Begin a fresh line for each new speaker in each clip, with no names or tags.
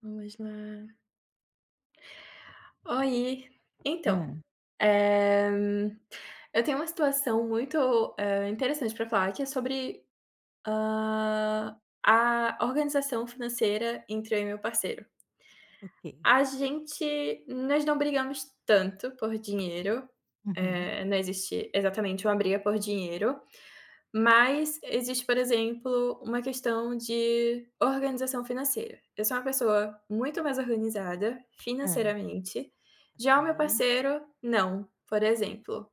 Vamos lá. Oi. Então,
ah
eh, eu tenho uma situação muito, interessante para falar que é sobre, a organização financeira entre eu e meu parceiro.
Ok.
A gente nós não brigamos tanto por dinheiro,
Uhum.
não existe exatamente uma briga por dinheiro, mas existe, por exemplo, uma questão de organização financeira. Eu sou uma pessoa muito mais organizada
Hã.
financeiramente, já o meu
Ok.
parceiro não. Por exemplo,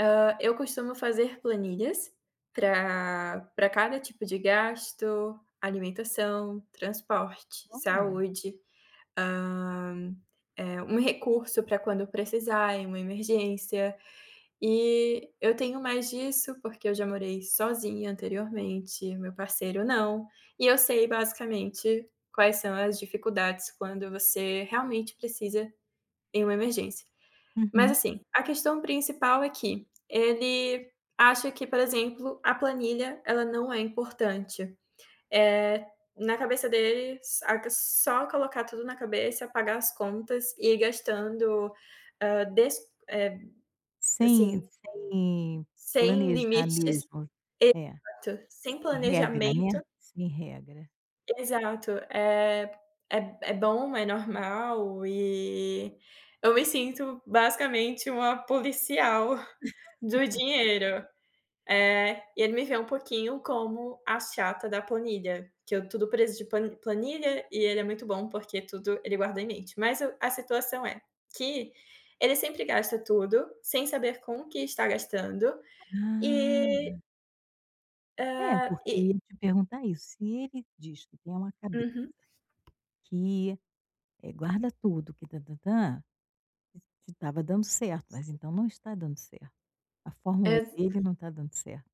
eu costumo fazer planilhas para cada tipo de gasto, alimentação, transporte,
Olha.
saúde. Hã, um recurso para quando precisar, em uma emergência. E eu tenho mais disso, porque eu já morei sozinha anteriormente, meu parceiro não, e eu sei basicamente quais são as dificuldades quando você realmente precisa em uma emergência. Mas
Uhum.
assim, a questão principal é que ele acha que, por exemplo, a planilha ela não é importante. Eh, na cabeça deles, aca só colocar tudo na cabeça, pagar as contas e ir gastando, hã, des eh,
Sem
assim,
sem
sem
planejar
limites.
mesmo. É,
Exato, sem
sem regra, né.
planejamento.
Sem regra.
Exato. É bom, é normal e eu me sinto basicamente uma policial do dinheiro. É, e ele me vê um pouquinho como a chata da planilha, que eu tudo preso de planilha e ele é muito bom porque tudo ele guarda em mente. Mas o a situação é que ele sempre gasta tudo, sem saber com o que está gastando e,
Ah. É,
hã,
porque eu
e
ia te perguntar isso, se ele diz que tem uma cabeça
uhum,
que, guarda tudo, que tã-tã-tã, que estava dando certo, mas então não está dando certo. A fórmula
ex
dele não está dando certo.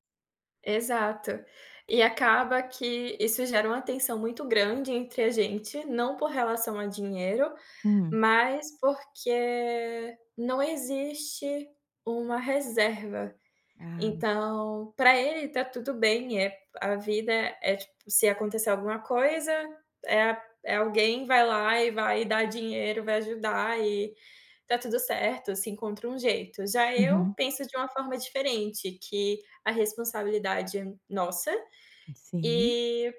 exato. E acaba que isso gera uma tensão muito grande entre a gente, não por relação a dinheiro,
Hum.
mas porque não existe uma reserva.
Ah.
Então, para ele tá tudo bem, é a vida, é tipo, se acontecer alguma coisa, é alguém vai lá e vai dar dinheiro, vai ajudar e tá tudo certo, se encontra um jeito. Já eu
Uhum.
penso de uma forma diferente, que a responsabilidade é nossa
Sim.
e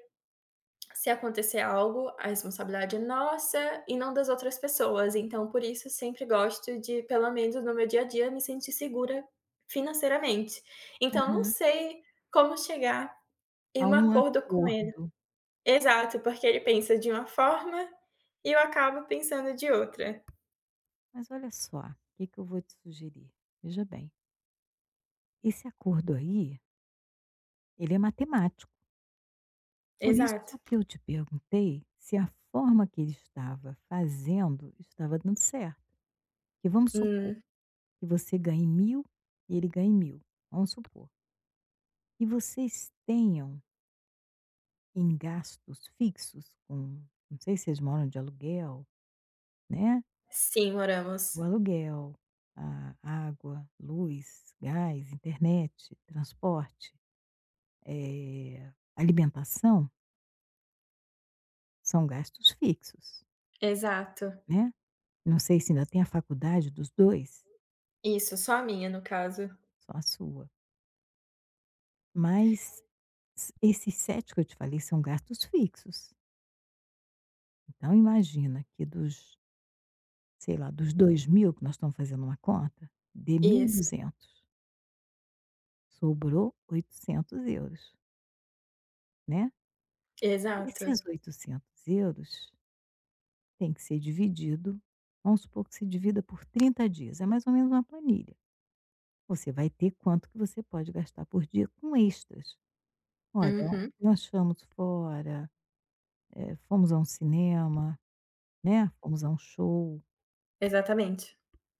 se acontecer algo, a responsabilidade é nossa e não das outras pessoas. Então, por isso, eu sempre gosto de, pelo menos no meu dia a dia, me sentir segura financeiramente. Então, não
Aham.
sei como chegar em
Há
um
um
acordo com ele.
acordo.
Exato, porque ele pensa de uma forma e eu acabo pensando de outra.
Mas olha só, o que que eu vou te sugerir? Veja bem, esse acordo aí, ele é matemático. Por isso
Exato.
que eu te perguntei se a forma que ele estava fazendo estava dando certo. Que vamos supor
Hum,
que você ganhe mil e ele ganhe 1.000 vamos supor. E vocês tenham em gastos fixos com, não sei se vocês moram de aluguel, né?
sim, moramos.
O aluguel, a água, luz, gás, internet, transporte. Alimentação são gastos fixos,
Exato.
né. Não sei se ainda tem a faculdade dos 2,
Isso, só a minha, no caso.
só a sua, mas s esses 7 que eu te falei são gastos fixos. Então imagina que dos, sei lá, dos 2.000 que nós estamos fazendo uma conta, de dê
Isso,
duzentos sobrou 800€, né. Esses
exato.
800€ tem que ser dividido, vamos supor que se divida por 30 dias, é mais ou menos uma planilha. Você vai ter quanto que você pode gastar por dia com extras. Olha, ó,
Uhum,
nós fomos fora, fomos a um cinema, né, fomos a um show
exatamente.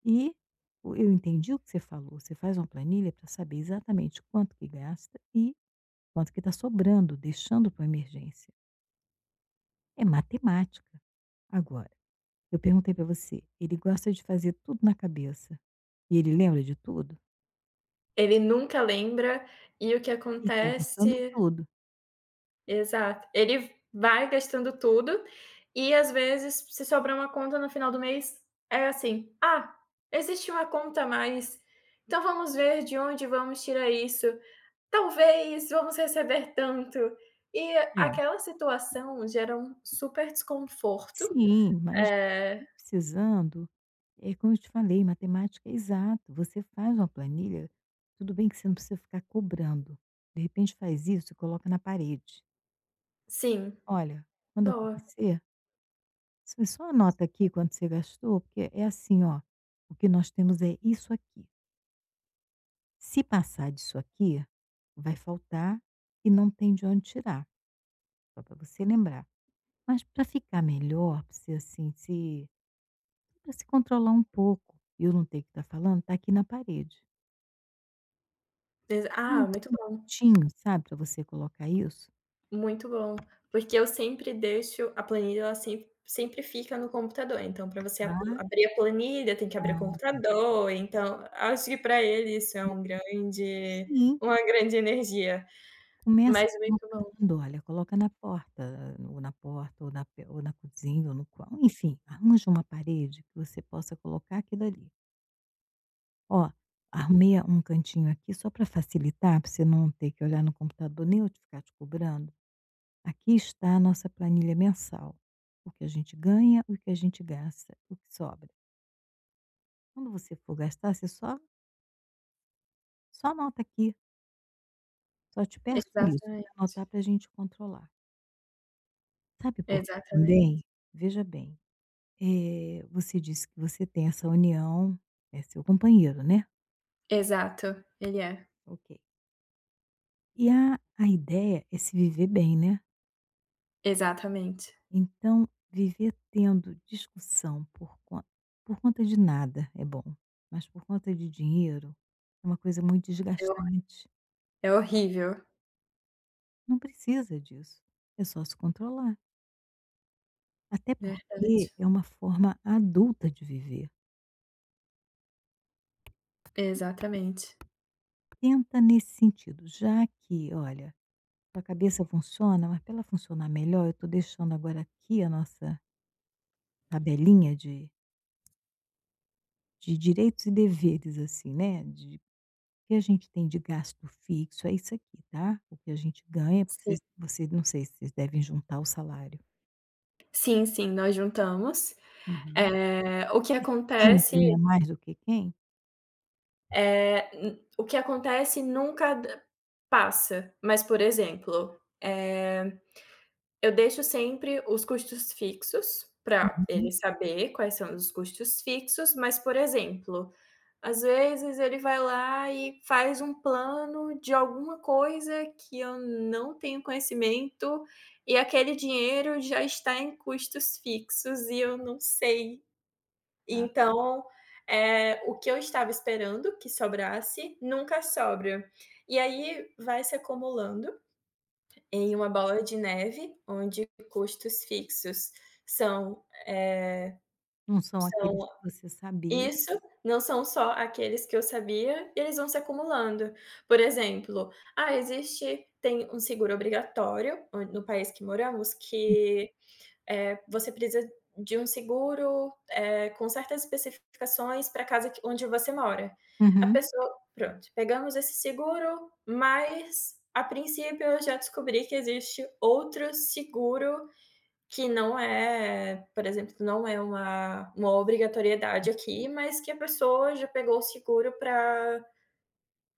e o eu entendi o que você falou, você faz uma planilha para saber exatamente quanto que gasta e quanto que está sobrando, deixando para emergência. É matemática. Agora, eu perguntei para você, ele gosta de fazer tudo na cabeça e ele lembra de tudo?
Ele nunca lembra, e o que
E tá gastando
acontece
tudo.
exato. Ele vai gastando tudo e, às vezes, se sobrar uma conta no final do mês, é assim: "Ah, existe uma conta a mais, então vamos ver de onde vamos tirar isso. Talvez vamos receber tanto". E
É.
aquela situação gera um super desconforto.
Sim, mas
É,
não precisando, é como eu te falei, matemática é exato. Você faz uma planilha, tudo bem que você não precisa ficar cobrando. De repente faz isso e coloca na parede.
sim,
Olha, quando
boa.
acontecer, você só anota aqui quanto você gastou, porque é assim, ó, o que nós temos é isso aqui. Se passar disso aqui, vai faltar e não tem de onde tirar, só para você lembrar. Mas para ficar melhor, para você assim, se pra se controlar um pouco, e eu não ter que estar falando, tá aqui na parede.
Exa ah,
Um
muito bom.
Minutinho, sabe, pra você colocar isso.
Muito bom, porque eu sempre deixo a planilha ela sempre fica no computador, então para você ap
Ah,
abrir a planilha tem que abrir o
não.
computador, então acho que para ele isso é um grande
Sim,
uma grande energia,
começa
mas muito bom.
colocando, olha, coloca na porta, ou na porta, ou na pe ou na cozinha, ou no qua enfim, arranja uma parede que você possa colocar aquilo ali. "Ó, arrumei um cantinho aqui só para facilitar, para você não ter que olhar no computador, nem eu te ficar te cobrando. Aqui está a nossa planilha mensal, o que a gente ganha, o que a gente gasta, o que sobra". Quando você for gastar, você só anota aqui, só te peço Uhum. isso
Exatamente,
pra anotar para a gente controlar. Sabe por quê
exatamente.
também? Veja bem, você disse que você tem essa união, é seu companheiro, né?
Exato, ele é.
Ok. E a ideia é se viver bem, né?
Exatamente.
Então, viver tendo discussão por conta de nada é bom, mas por conta de dinheiro é uma coisa muito
É hor
desgastante.
é horrível,
Não precisa disso, é só se controlar. Até porque
verdade.
é uma forma adulta de viver.
Exatamente.
Tenta nesse sentido, já que, olha, tua cabeça funciona, mas para ela funcionar melhor, eu estou deixando agora aqui a nossa tabelinha de direitos e deveres, assim, né? De o que a gente tem de gasto fixo, é isso aqui, tá? O que a gente ganha, porque
Sim,
vocês- não sei se vocês devem juntar o salário.
sim, sim, nós juntamos.
Uhum.
O que
Existe quem
acontece
ganha mais do que quem?
O que acontece nunca d passa, mas, por exemplo, eh, eu deixo sempre os custos fixos para
Uhum.
ele saber quais são os custos fixos, mas, por exemplo, às vezes ele vai lá e faz um plano de alguma coisa que eu não tenho conhecimento e aquele dinheiro já está em custos fixos e eu não sei.
Ah,
Então, o que eu estava esperando que sobrasse, nunca sobra. E aí vai se acumulando em
sim.
uma bola de neve, onde custos fixos são, eh,
Não são aqueles
são
que você sabia.
isso, não são só aqueles que eu sabia, e eles vão se acumulando. Por exemplo, ah, existe tem um seguro obrigatório, on no país que moramos, que você precisa de um seguro, com certas especificações para a casa que onde você mora. A
Uhum,
pessoa pronto, pegamos esse seguro, mas a princípio eu já descobri que existe outro seguro que não é, por exemplo, não é uma obrigatoriedade aqui, mas que a pessoa já pegou o seguro para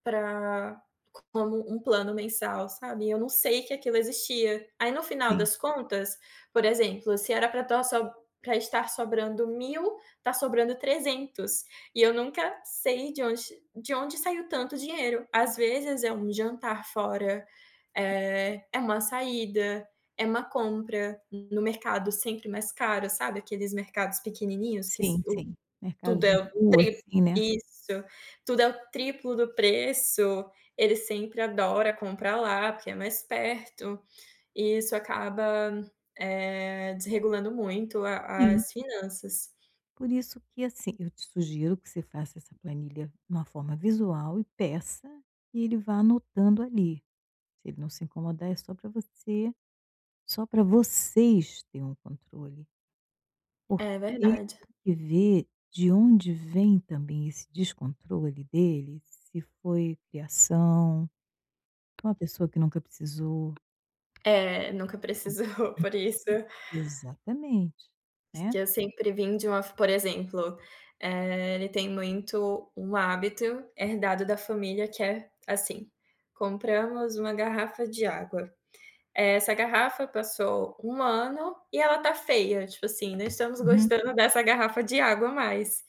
para como um plano mensal, sabe, eu não sei que aquilo existia. Aí no final
sim.
das contas, por exemplo, se era para estar so estar sobrando 1000, tá sobrando 300 e eu nunca sei de onde saiu tanto dinheiro. Às vezes é um jantar fora, é uma saída, é uma compra no mercado sempre mais caro, sabe, aqueles mercados pequenininhos que s
Sim,
o
sim. Mercado
tudo
de
é o
rua,
tri
assim, né.
isso, tudo é o triplo do preço, ele sempre adora comprar lá, porque é mais perto, e isso acaba, desregulando muito a
Sim,
as finanças.
por isso que, assim, eu te sugiro que você faça essa planilha de uma forma visual e peça que ele vá anotando ali. Se ele não se incomodar, é só para você só para vocês terem um controle, porque
É verdade.
tem que ver de onde vem também esse descontrole dele, se foi criação, foi uma pessoa que nunca precisou.
É, nunca precisou,
Nunca
por isso.
precisou. Exatamente,
Porque
né.
eu sempre vim de uma, por exemplo, ele tem muito um hábito herdado da família que é assim: "Compramos uma garrafa de água, é, essa garrafa passou um ano e ela tá feia, tipo assim, não estamos
Uhum,
gostando dessa garrafa de água mais.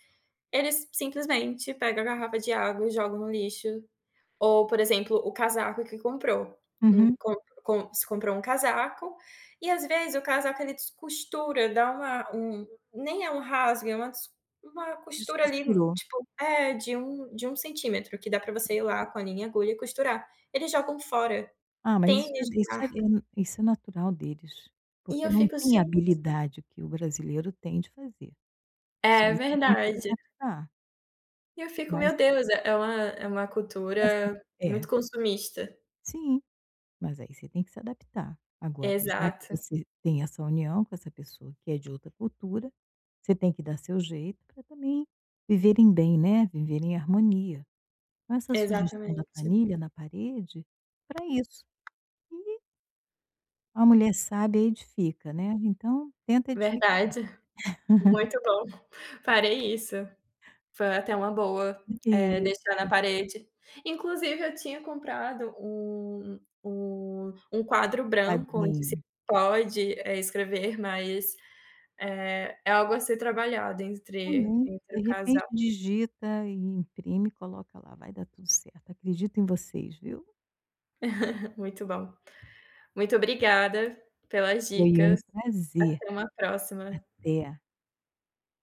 Eles simplesmente pegam a garrafa de água e jogam no lixo. Ou, por exemplo, o casaco que comprou. Um
uhum.
com se comprou um casaco e às vezes o casaco ele descostura, dá uma, nem é um rasgo, é uma costura ali,
Descosturou.
de de 1 cm, que dá pra você ir lá com a linha e agulha e costurar. Eles jogam fora.
Ah, mas
Tênis de marca.
é isso é natural deles,
E
porque
eu
não
fico:
tem a
"Gen".
habilidade que o brasileiro tem de fazer. Isso aí
É
você tem que se
verdade.
adaptar,
E eu fico: "Meu
mas
Deus, é uma é uma cultura
essa
muito
é,
consumista".
sim, mas aí você tem que se adaptar. Agora, já que
Exato,
você tem essa união com essa pessoa que é de outra cultura, você tem que dar seu jeito para também viverem bem, né, viverem em harmonia. Então essa sugestão da
exatamente.
planilha na parede, para isso. Uma mulher sábia edifica, né, então tenta edificar.
Verdade, muito bom. Farei isso. Foi até uma boa,
Isso,
deixar na parede. Inclusive eu tinha comprado um quadro branco onde se
padrinho.
pode, escrever, mas, é algo a ser trabalhado entre
Também,
entre
de
o
repente
casal.
digita e imprime e coloca lá, vai dar tudo certo, acredito em vocês, viu.
Muito bom. Muito obrigada pelas
Foi um
dicas.
prazer,
Até uma próxima.
até.